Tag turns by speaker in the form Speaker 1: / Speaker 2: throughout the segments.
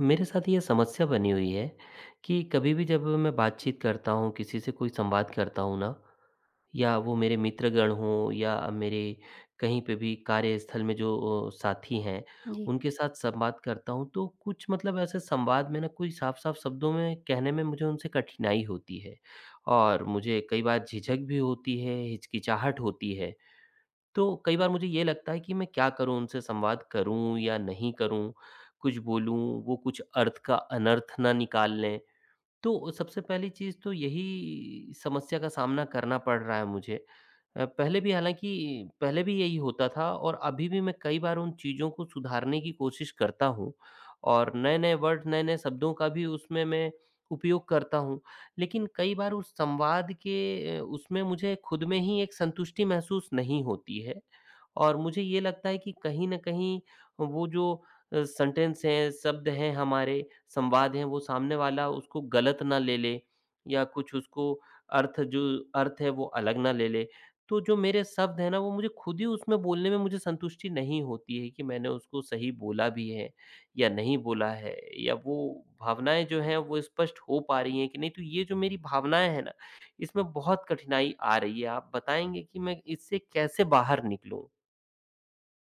Speaker 1: मेरे साथ ये समस्या बनी हुई है कि कभी भी जब मैं बातचीत करता हूँ, किसी से कोई संवाद करता हूँ ना, या वो मेरे मित्रगण हों या मेरे कहीं पे भी कार्यस्थल में जो साथी हैं,
Speaker 2: जी।
Speaker 1: उनके साथ संवाद करता हूँ, तो कुछ मतलब ऐसे संवाद में ना कोई साफ-साफ शब्दों में कहने में मुझे उनसे कठिनाई होती है और मुझे कई बार झिझक भी होती है, हिचकिचाहट होती है। तो कई बार मुझे ये लगता है कि मैं क्या करूँ, उनसे संवाद करूँ या नहीं करूँ? कुछ बोलूँ, वो कुछ अर्थ का अनर्थ ना निकाल लें। तो सबसे पहली चीज़ तो यही समस्या का सामना करना पड़ रहा है मुझे। पहले भी हालाँकि पहले भी यही होता था और अभी भी मैं कई बार उन चीज़ों को सुधारने की कोशिश करता हूँ और नए-नए वर्ड, नए-नए शब्दों का भी उसमें मैं उपयोग करता हूँ। लेकिन कई बार उस संवाद के उसमें मुझे खुद में ही एक संतुष्टि महसूस नहीं होती है और मुझे ये लगता है कि कहीं न कहीं वो जो सेंटेंस हैं, शब्द हैं हमारे, संवाद हैं, वो सामने वाला उसको गलत ना ले ले या कुछ उसको अर्थ जो अर्थ है वो अलग ना ले ले। तो जो मेरे शब्द हैं ना वो मुझे खुद ही उसमें बोलने में मुझे संतुष्टि नहीं होती है कि मैंने उसको सही बोला भी है या नहीं बोला है, या वो भावनाएँ जो हैं वो स्पष्ट हो पा रही हैं कि नहीं। तो ये जो मेरी भावनाएँ हैं ना, इसमें बहुत कठिनाई आ रही है। आप बताएँगे कि मैं इससे कैसे बाहर निकलूँ?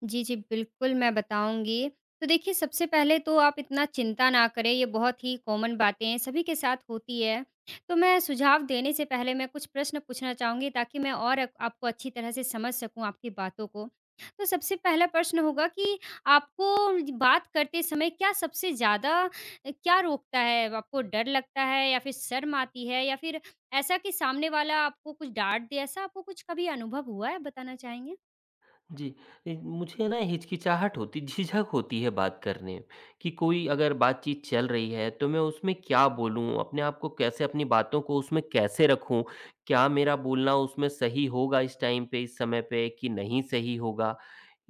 Speaker 2: जी, जी, बिल्कुल मैं बताऊँगी। तो देखिए सबसे पहले तो आप इतना चिंता ना करें, ये बहुत ही कॉमन बातें हैं, सभी के साथ होती है। तो मैं सुझाव देने से पहले मैं कुछ प्रश्न पूछना चाहूँगी ताकि मैं और अक आपको अच्छी तरह से समझ सकूँ आपकी बातों को। तो सबसे पहला प्रश्न होगा कि आपको ज बात करते समय क्या सबसे ज़्यादा क्या रोकता है? आपको डर लगता है या फिर शर्म आती है या फिर ऐसा कि सामने वाला आपको कुछ डाँट दे, ऐसा आपको कुछ कभी अनुभव हुआ है बताना चाहेंगे?
Speaker 1: जी, मुझे ना हिचकिचाहट होती, झिझक होती है बात करने में, कि कोई अगर बातचीत चल रही है तो मैं उसमें क्या बोलूँ? अपने आप को कैसे, अपनी बातों को उसमें कैसे रखूँ? क्या मेरा बोलना उसमें सही होगा इस टाइम पे, इस समय पे कि नहीं सही होगा?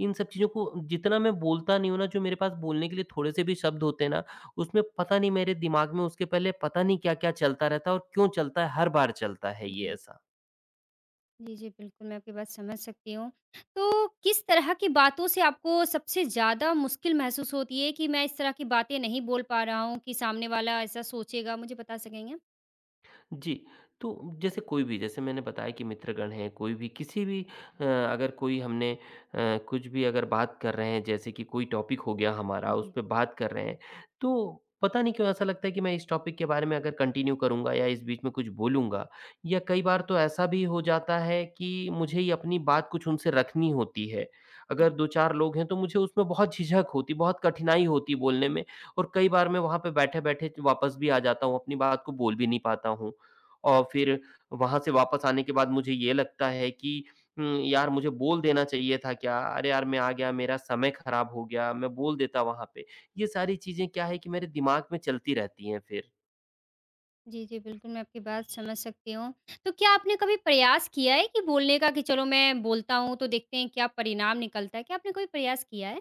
Speaker 1: इन सब चीज़ों को जितना मैं बोलता नहीं हूँ ना, जो मेरे पास बोलने के लिए थोड़े-से भी शब्द होते हैं ना, उसमें पता नहीं मेरे दिमाग में उसके पहले पता नहीं क्या-क्या चलता रहता है और क्यों चलता है, हर बार चलता है ये
Speaker 2: जी।
Speaker 1: ऐसा।
Speaker 2: जी, जी, बिल्कुल, मैं आपकी बात समझ सकती हूँ। तो किस तरह की बातों से आपको सबसे ज़्यादा मुश्किल महसूस होती है कि मैं इस तरह की बातें नहीं बोल पा रहा हूँ कि सामने वाला ऐसा सोचेगा? मुझे बता सकेंगे आप?
Speaker 1: जी। तो जैसे कोई भी, जैसे मैंने बताया कि मित्रगण हैं, कोई भी, किसी भी अगर कोई हमने कुछ भी अगर बात कर रहे हैं, जैसे कि कोई टॉपिक हो गया हमारा, उस
Speaker 2: जी।
Speaker 1: पे बात कर रहे हैं, तो पता नहीं क्यों ऐसा लगता है कि मैं इस टॉपिक के बारे में अगर कंटिन्यू करूँगा या इस बीच में कुछ बोलूँगा, या कई बार तो ऐसा भी हो जाता है कि मुझे ही अपनी बात कुछ उनसे रखनी होती है। अगर 2-4 लोग हैं तो मुझे उसमें बहुत झिझक होती, बहुत कठिनाई होती बोलने में, और कई बार मैं वहाँ पे बैठे-बैठे वापस भी आ जाता हूँ, अपनी बात को बोल भी नहीं पाता हूँ। और फिर वहाँ से वापस आने के बाद मुझे ये लगता है कि यार मुझे बोल देना चाहिए था क्या? अरे यार, मैं आ गया, मेरा समय खराब हो गया, मैं बोल देता वहाँ पे। ये सारी चीज़ें क्या है कि मेरे दिमाग में चलती रहती हैं फिर।
Speaker 2: जी, जी, बिल्कुल, मैं आपकी बात समझ सकती हूँ। तो क्या आपने कभी प्रयास किया है कि बोलने का कि चलो मैं बोलता हूँ तो देखते हैं क्या परिणाम निकलता है? क्या आपने कोई प्रयास किया है?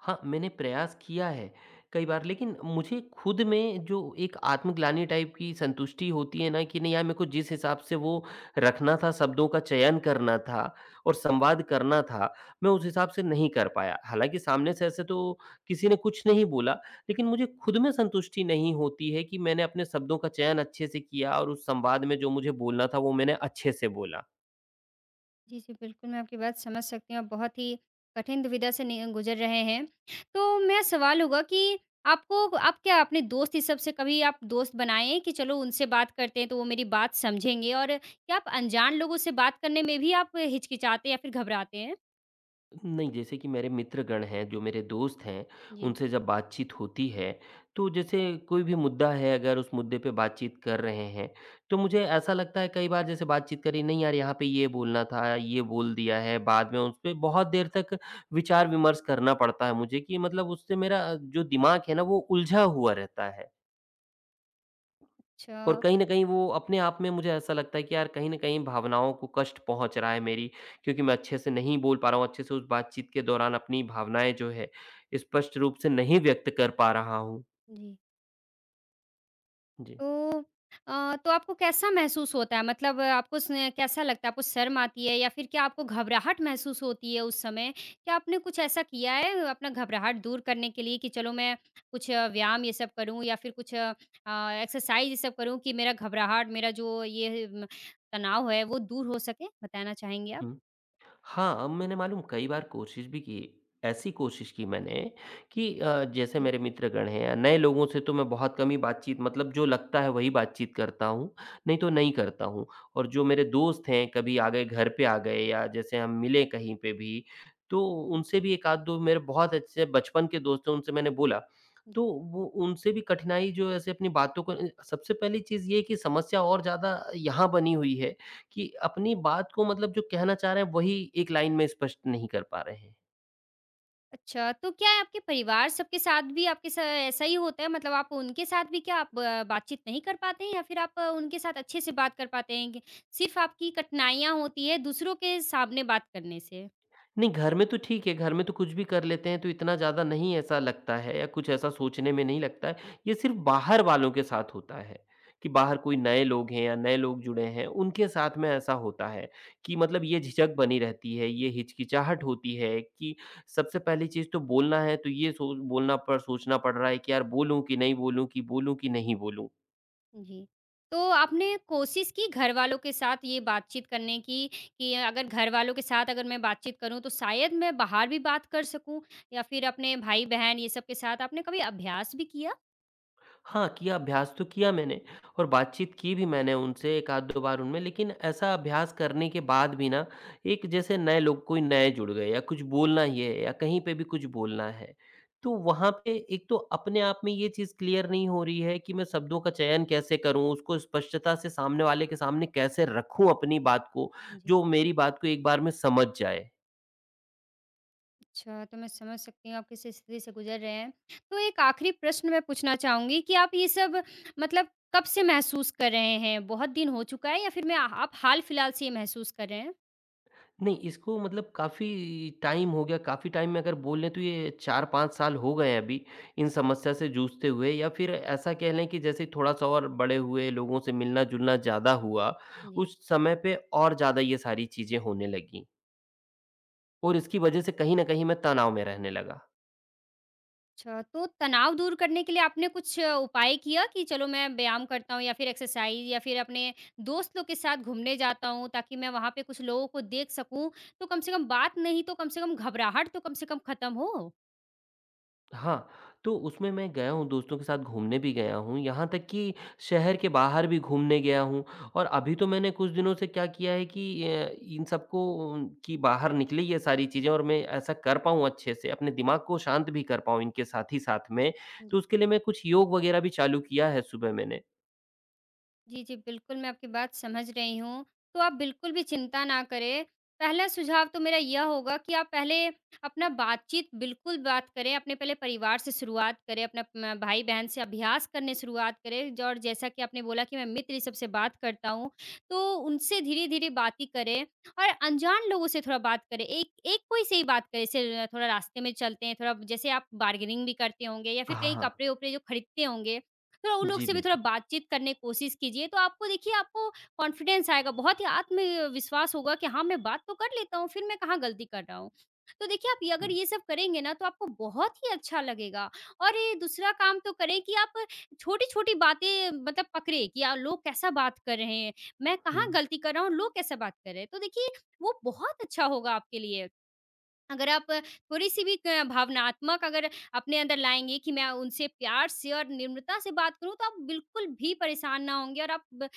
Speaker 1: हाँ, मैंने प्रयास किया है कई बार, लेकिन मुझे खुद में जो एक आत्मग्लानि टाइप की संतुष्टि होती है ना कि नहीं यार, मेरे को जिस हिसाब से वो रखना था, शब्दों का चयन करना था और संवाद करना था, मैं उस हिसाब से नहीं कर पाया। हालाँकि सामने से ऐसे तो किसी ने कुछ नहीं बोला, लेकिन मुझे खुद में संतुष्टि नहीं होती है कि मैंने अपने शब्दों का चयन अच्छे से किया और उस संवाद में जो मुझे बोलना था वो मैंने अच्छे से बोला।
Speaker 2: जी, जी, बिल्कुल, मैं आपकी बात समझ सकती हूँ, आप बहुत ही कठिन दुविधा से नि गुज़र रहे हैं। तो मेरा सवाल होगा कि आपको आप क्या अपने दोस्त ही सबसे कभी आप दोस्त बनाए हैं कि चलो उनसे बात करते हैं, तो वो मेरी बात समझेंगे? और क्या आप अनजान लोगों से बात करने में भी आप हिचकिचाते हैं या फिर घबराते हैं?
Speaker 1: नहीं, जैसे कि मेरे मित्रगण हैं, जो मेरे दोस्त हैं,
Speaker 2: जी,
Speaker 1: उनसे जब बातचीत होती है, तो जैसे कोई भी मुद्दा है, अगर उस मुद्दे पे बातचीत कर रहे हैं, तो मुझे ऐसा लगता है कई बार जैसे बातचीत करी, नहीं यार यहाँ पे ये बोलना था, ये बोल दिया है, बाद में उस पे बहुत देर तक विचार-विमर्श करना पड़ता है मुझे, कि मतलब उससे मेरा जो दिमाग है ना वो उलझा हुआ रहता है। और
Speaker 2: अच्छा,
Speaker 1: कहीं न कहीं वो अपने आप में मुझे ऐसा लगता है कि यार, कहीं न कहीं भावनाओं को कष्ट पहुँच रहा है मेरी, क्योंकि मैं अच्छे से नहीं बोल पा रहा हूँ, अच्छे से उस बातचीत के दौरान अपनी भावनाएँ जो है स्पष्ट रूप से नहीं व्यक्त कर पा रहा हूँ।
Speaker 2: जी।
Speaker 1: जी।
Speaker 2: तो तो आपको कैसा महसूस होता है? मतलब आपको स कैसा लगता है? आपको शर्म आती है या फिर क्या आपको घबराहट महसूस होती है उस समय? क्या आपने कुछ ऐसा किया है अपना घबराहट दूर करने के लिए कि चलो मैं कुछ व्यायाम ये सब करूँ या फिर कुछ एक्सरसाइज़ ये सब करूँ कि मेरा घबराहट, मेरा जो ये म तनाव है वो दूर हो सके? बताना चाहेंगे आप?
Speaker 1: हाँ, मैंने मालूम कई बार कोशिश भी की। ऐसी कोशिश की मैंने कि जैसे
Speaker 2: जी।
Speaker 1: मेरे मित्रगण हैं या नए लोगों से, तो मैं बहुत कम ही बातचीत, मतलब जो लगता है वही बातचीत करता हूँ, नहीं तो नहीं करता हूँ। और जो मेरे दोस्त हैं, कभी आ गए, घर पे आ गए, या जैसे हम मिले कहीं पे भी, तो उनसे भी 1 आध 2 मेरे बहुत अच्छे बचपन के दोस्त हैं, उनसे मैंने बोला। तो वो उनसे भी कठिनाई जो ऐसे अपनी बातों को सबसे पहली चीज़ ये है कि समस्या और ज़्यादा यहाँ बनी हुई है कि अपनी बात को, मतलब जो कहना चाह रहे हैं वही एक लाइन में स्पष्ट नहीं कर पा रहे हैं।
Speaker 2: अच्छा, तो क्या है आपके परिवार सबके साथ भी आपके सा ऐसा ही होता है? मतलब आप उनके साथ भी क्या आप बातचीत नहीं कर पाते हैं या फिर आप उनके साथ अच्छे से बात कर पाते हैं कि सिर्फ़ आपकी कठिनाइयाँ होती है दूसरों के सामने बात करने से?
Speaker 1: नहीं, घर में तो ठीक है, घर में तो कुछ भी कर लेते हैं, तो इतना ज़्यादा नहीं ऐसा लगता है या कुछ ऐसा सोचने में नहीं लगता है। ये सिर्फ़ बाहर वालों के साथ होता है, कि बाहर कोई नए लोग हैं या नए लोग जुड़े हैं, उनके साथ में ऐसा होता है, कि मतलब ये झिझक बनी रहती है, ये हिचकिचाहट होती है कि सबसे पहली चीज़ तो बोलना है, तो ये सोच बोलना पड़ सोचना पड़ रहा है कि यार बोलूँ कि नहीं बोलूँ, कि बोलूँ कि नहीं बोलूँ?
Speaker 2: जी। तो आपने कोशिश की घरवालों के साथ ये बातचीत करने की कि अगर घरवालों के साथ अगर मैं बातचीत करूँ तो शायद मैं बाहर भी बात कर सकूँ या फिर अपने भाई-बहन ये सब के साथ आपने कभी अभ्यास भी किया?
Speaker 1: हाँ, किया, अभ्यास तो किया मैंने, और बातचीत की भी मैंने उनसे 1 आध 2 बार उनमें, लेकिन ऐसा अभ्यास करने के बाद भी ना, एक जैसे नए लोग कोई नए जुड़ गए या कुछ बोलना ही है या कहीं पे भी कुछ बोलना है। तो वहाँ पे एक तो अपने आप में ये चीज़ क्लियर नहीं हो रही है कि मैं शब्दों का चयन कैसे करूँ? उसको स्पष्टता से सामने वाले के सामने कैसे रखूँ अपनी बात को,
Speaker 2: जी।
Speaker 1: जो मेरी बात को एक बार में समझ जाए?
Speaker 2: अच्छा, तो मैं समझ सकती हूँ आप किस स्थिति से गुज़र रहे हैं। तो एक आखिरी प्रश्न मैं पूछना चाहूँगी कि आप ये सब मतलब कब से महसूस कर रहे हैं? बहुत दिन हो चुका है या फिर मैं आप हाल-फिलहाल से ये महसूस कर रहे हैं?
Speaker 1: नहीं, इसको, मतलब काफ़ी टाइम हो गया, काफ़ी टाइम में अगर बोल लें तो ये 4-5 साल हो गए हैं अभी, इन समस्या से जूझते हुए, या फिर ऐसा कह लें कि जैसे थोड़ा-सा और बड़े हुए, लोगों से मिलना-जुलना ज़्यादा हुआ,
Speaker 2: जी।
Speaker 1: उस समय पे और ज़्यादा ये सारी चीज़ें होने लगीं, और इसकी वजह से कहीं न कहीं मैं तनाव में रहने लगा।
Speaker 2: अच्छा, तो तनाव दूर करने के लिए आपने कुछ उपाय किया कि चलो मैं व्यायाम करता हूँ या फिर एक्सरसाइज़ या फिर अपने दोस्त लोग के साथ घूमने जाता हूँ ताकि मैं वहाँ पे कुछ लोगों को देख सकूँ, तो कम से कम बात नहीं तो कम से कम घबराहट तो कम से कम खत्म हो?
Speaker 1: हाँ, तो उसमें मैं गया हूँ, दोस्तों के साथ घूमने भी गया हूँ, यहाँ तक कि शहर के बाहर भी घूमने गया हूँ, और अभी तो मैंने कुछ दिनों से क्या किया है कि इन सबको कि बाहर निकले ये सारी चीज़ें, और मैं ऐसा कर पाऊँ अच्छे से, अपने दिमाग को शांत भी कर पाऊँ इनके साथ ही साथ में, तो
Speaker 2: जी।
Speaker 1: उसके लिए मैं कुछ योग वगैरह भी चालू किया है सुबह मैंने।
Speaker 2: जी, जी, बिल्कुल, मैं आपकी बात समझ रही हूँ। तो आप बिल्कुल भी चिंता ना करें। पहला सुझाव तो मेरा यह होगा कि आप पहले अपना बातचीत बिल्कुल बात करें, अपने पहले परिवार से शुरुआत करें, अपना म भाई-बहन से अभ्यास करने शुरुआत करें ज और जैसा कि आपने बोला कि मैं मित्र ये सबसे बात करता हूँ, तो उनसे धीरे-धीरे बातें करें और अनजान लोगों से थोड़ा बात करें। एक एक कोई से ही बात करें, जैसे थोड़ा रास्ते में चलते हैं, थोड़ा जैसे आप बार्गेनिंग भी करते होंगे या फिर कहीं
Speaker 1: हाँ,
Speaker 2: कपड़े-वपड़े जो खरीदते होंगे, थोड़ा उन लोग
Speaker 1: जी
Speaker 2: से भी थोड़ा
Speaker 1: बिल्कुल।
Speaker 2: बातचीत करने की कोशिश कीजिए, तो आपको देखिए आपको कॉन्फिडेंस आएगा, बहुत ही आत्मविश्वास होगा कि हाँ, मैं बात तो कर लेता हूँ, फिर मैं कहाँ गलती कर रहा हूँ। तो देखिए आप ये अगर
Speaker 1: हुँ,
Speaker 2: ये सब करेंगे ना तो आपको बहुत ही अच्छा लगेगा और ये दूसरा काम तो करें कि आप छोटी-छोटी बातें मतलब पकड़े कि लोग कैसा बात कर रहे हैं, मैं
Speaker 1: हुँ।
Speaker 2: कहाँ गलती कर रहा हूँ, लोग कैसा बात कर रहे हैं। तो देखिए वो बहुत अच्छा होगा आपके लिए। अगर आप थोड़ी-सी भी क भावनात्मक अगर अपने अंदर लाएँगे कि मैं उनसे प्यार से और निम्रता से बात करूँ, तो आप बिल्कुल भी परेशान ना होंगे और आप ब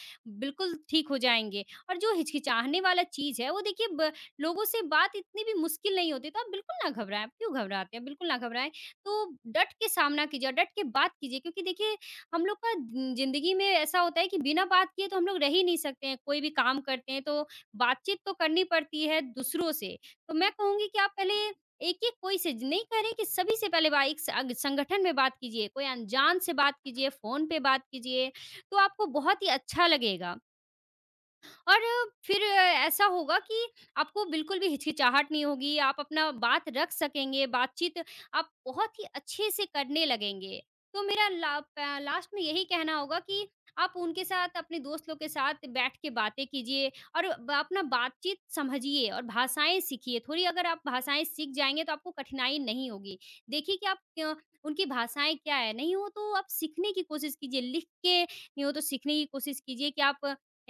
Speaker 2: बिल्कुल ठीक हो जाएँगे। और जो हिचकिचाहने वाला चीज़ है, वो देखिए ब लोगों से बात इतनी भी मुश्किल नहीं होती, तो आप बिल्कुल ना घबराएँ। आप क्यों घबराते हैं? बिल्कुल ना घबराएँ। तो डट के सामना कीजिए और डट के बात कीजिए क्योंकि देखिए, हम लोग का ज़िंदगी में ऐसा होता है कि बिना बात किए तो हम लोग रह ही नहीं सकते हैं। कोई भी काम करते हैं, तो बातचीत तो करनी पड़ती है दूसरों से। तो मैं कहूँगी कि आप पहले एक-एक कोई से नहीं कह रहे कि सभी से पहले बा एक संगठन में बात कीजिए, कोई अनजान से बात कीजिए, फ़ोन पे बात कीजिए, तो आपको बहुत ही अच्छा लगेगा। और फिर ऐसा होगा कि आपको बिल्कुल भी हिचकिचाहट नहीं होगी, आप अपना बात रख सकेंगे, बातचीत आप बहुत ही अच्छे से करने लगेंगे। तो मेरा ला प लास्ट में यही कहना होगा कि आप उनके साथ, अपने दोस्त लोग के साथ बैठ के बातें कीजिए और ब अपना बातचीत समझिए और भाषाएँ सीखिए। थोड़ी अगर आप भाषाएँ सीख जाएँगे तो आपको कठिनाई नहीं होगी। देखिए कि आप उनकी भाषाएँ क्या है, नहीं हो तो आप सीखने की कोशिश कीजिए, लिख के नहीं हो तो सीखने की कोशिश कीजिए कि आप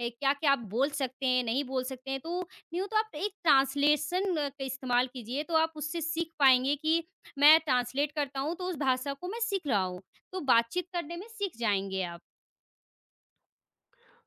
Speaker 2: क्या-क्या आप बोल सकते हैं, नहीं बोल सकते हैं, तो न्यू तो आप एक ट्रांसलेशन का इस्तेमाल कीजिए, तो आप उससे सीख पाएँगे कि मैं ट्रांसलेट करता हूँ, तो उस भाषा को मैं सीख रहा हूँ। तो बातचीत करने में सीख जाएँगे आप।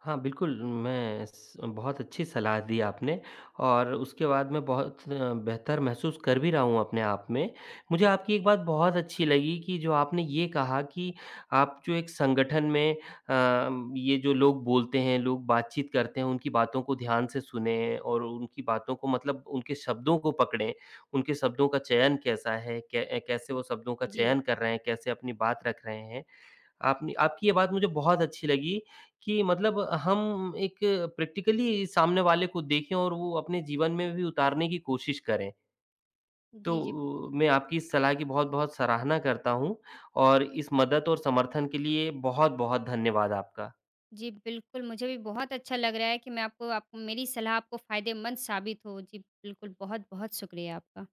Speaker 1: हाँ, बिल्कुल, मैं स बहुत अच्छी सलाह दी आपने, और उसके बाद मैं बहुत बेहतर महसूस कर भी रहा हूँ अपने आप में। मुझे आपकी एक बात बहुत अच्छी लगी कि जो आपने ये कहा कि आप जो एक संगठन में ये जो लोग बोलते हैं, लोग बातचीत करते हैं, उनकी बातों को ध्यान से सुनें और उनकी बातों को, मतलब उनके शब्दों को पकड़ें। उनके शब्दों का चयन कैसा है, कै कैसे वो शब्दों का
Speaker 2: जी।
Speaker 1: चयन कर रहे हैं, कैसे अपनी बात रख रहे हैं। आपने, आपकी ये बात मुझे बहुत अच्छी लगी कि मतलब हम एक प्रैक्टिकली सामने वाले को देखें और वो अपने जीवन में भी उतारने की कोशिश करें। तो
Speaker 2: जी, जी।
Speaker 1: मैं आपकी इस सलाह की बहुत-बहुत सराहना करता हूँ, और इस मदद और समर्थन के लिए बहुत-बहुत धन्यवाद आपका।
Speaker 2: जी, बिल्कुल, मुझे भी बहुत अच्छा लग रहा है कि मैं आपको आप मेरी सलाह आपको फ़ायदेमंद साबित हो। जी, बिल्कुल, बहुत-बहुत शुक्रिया आपका।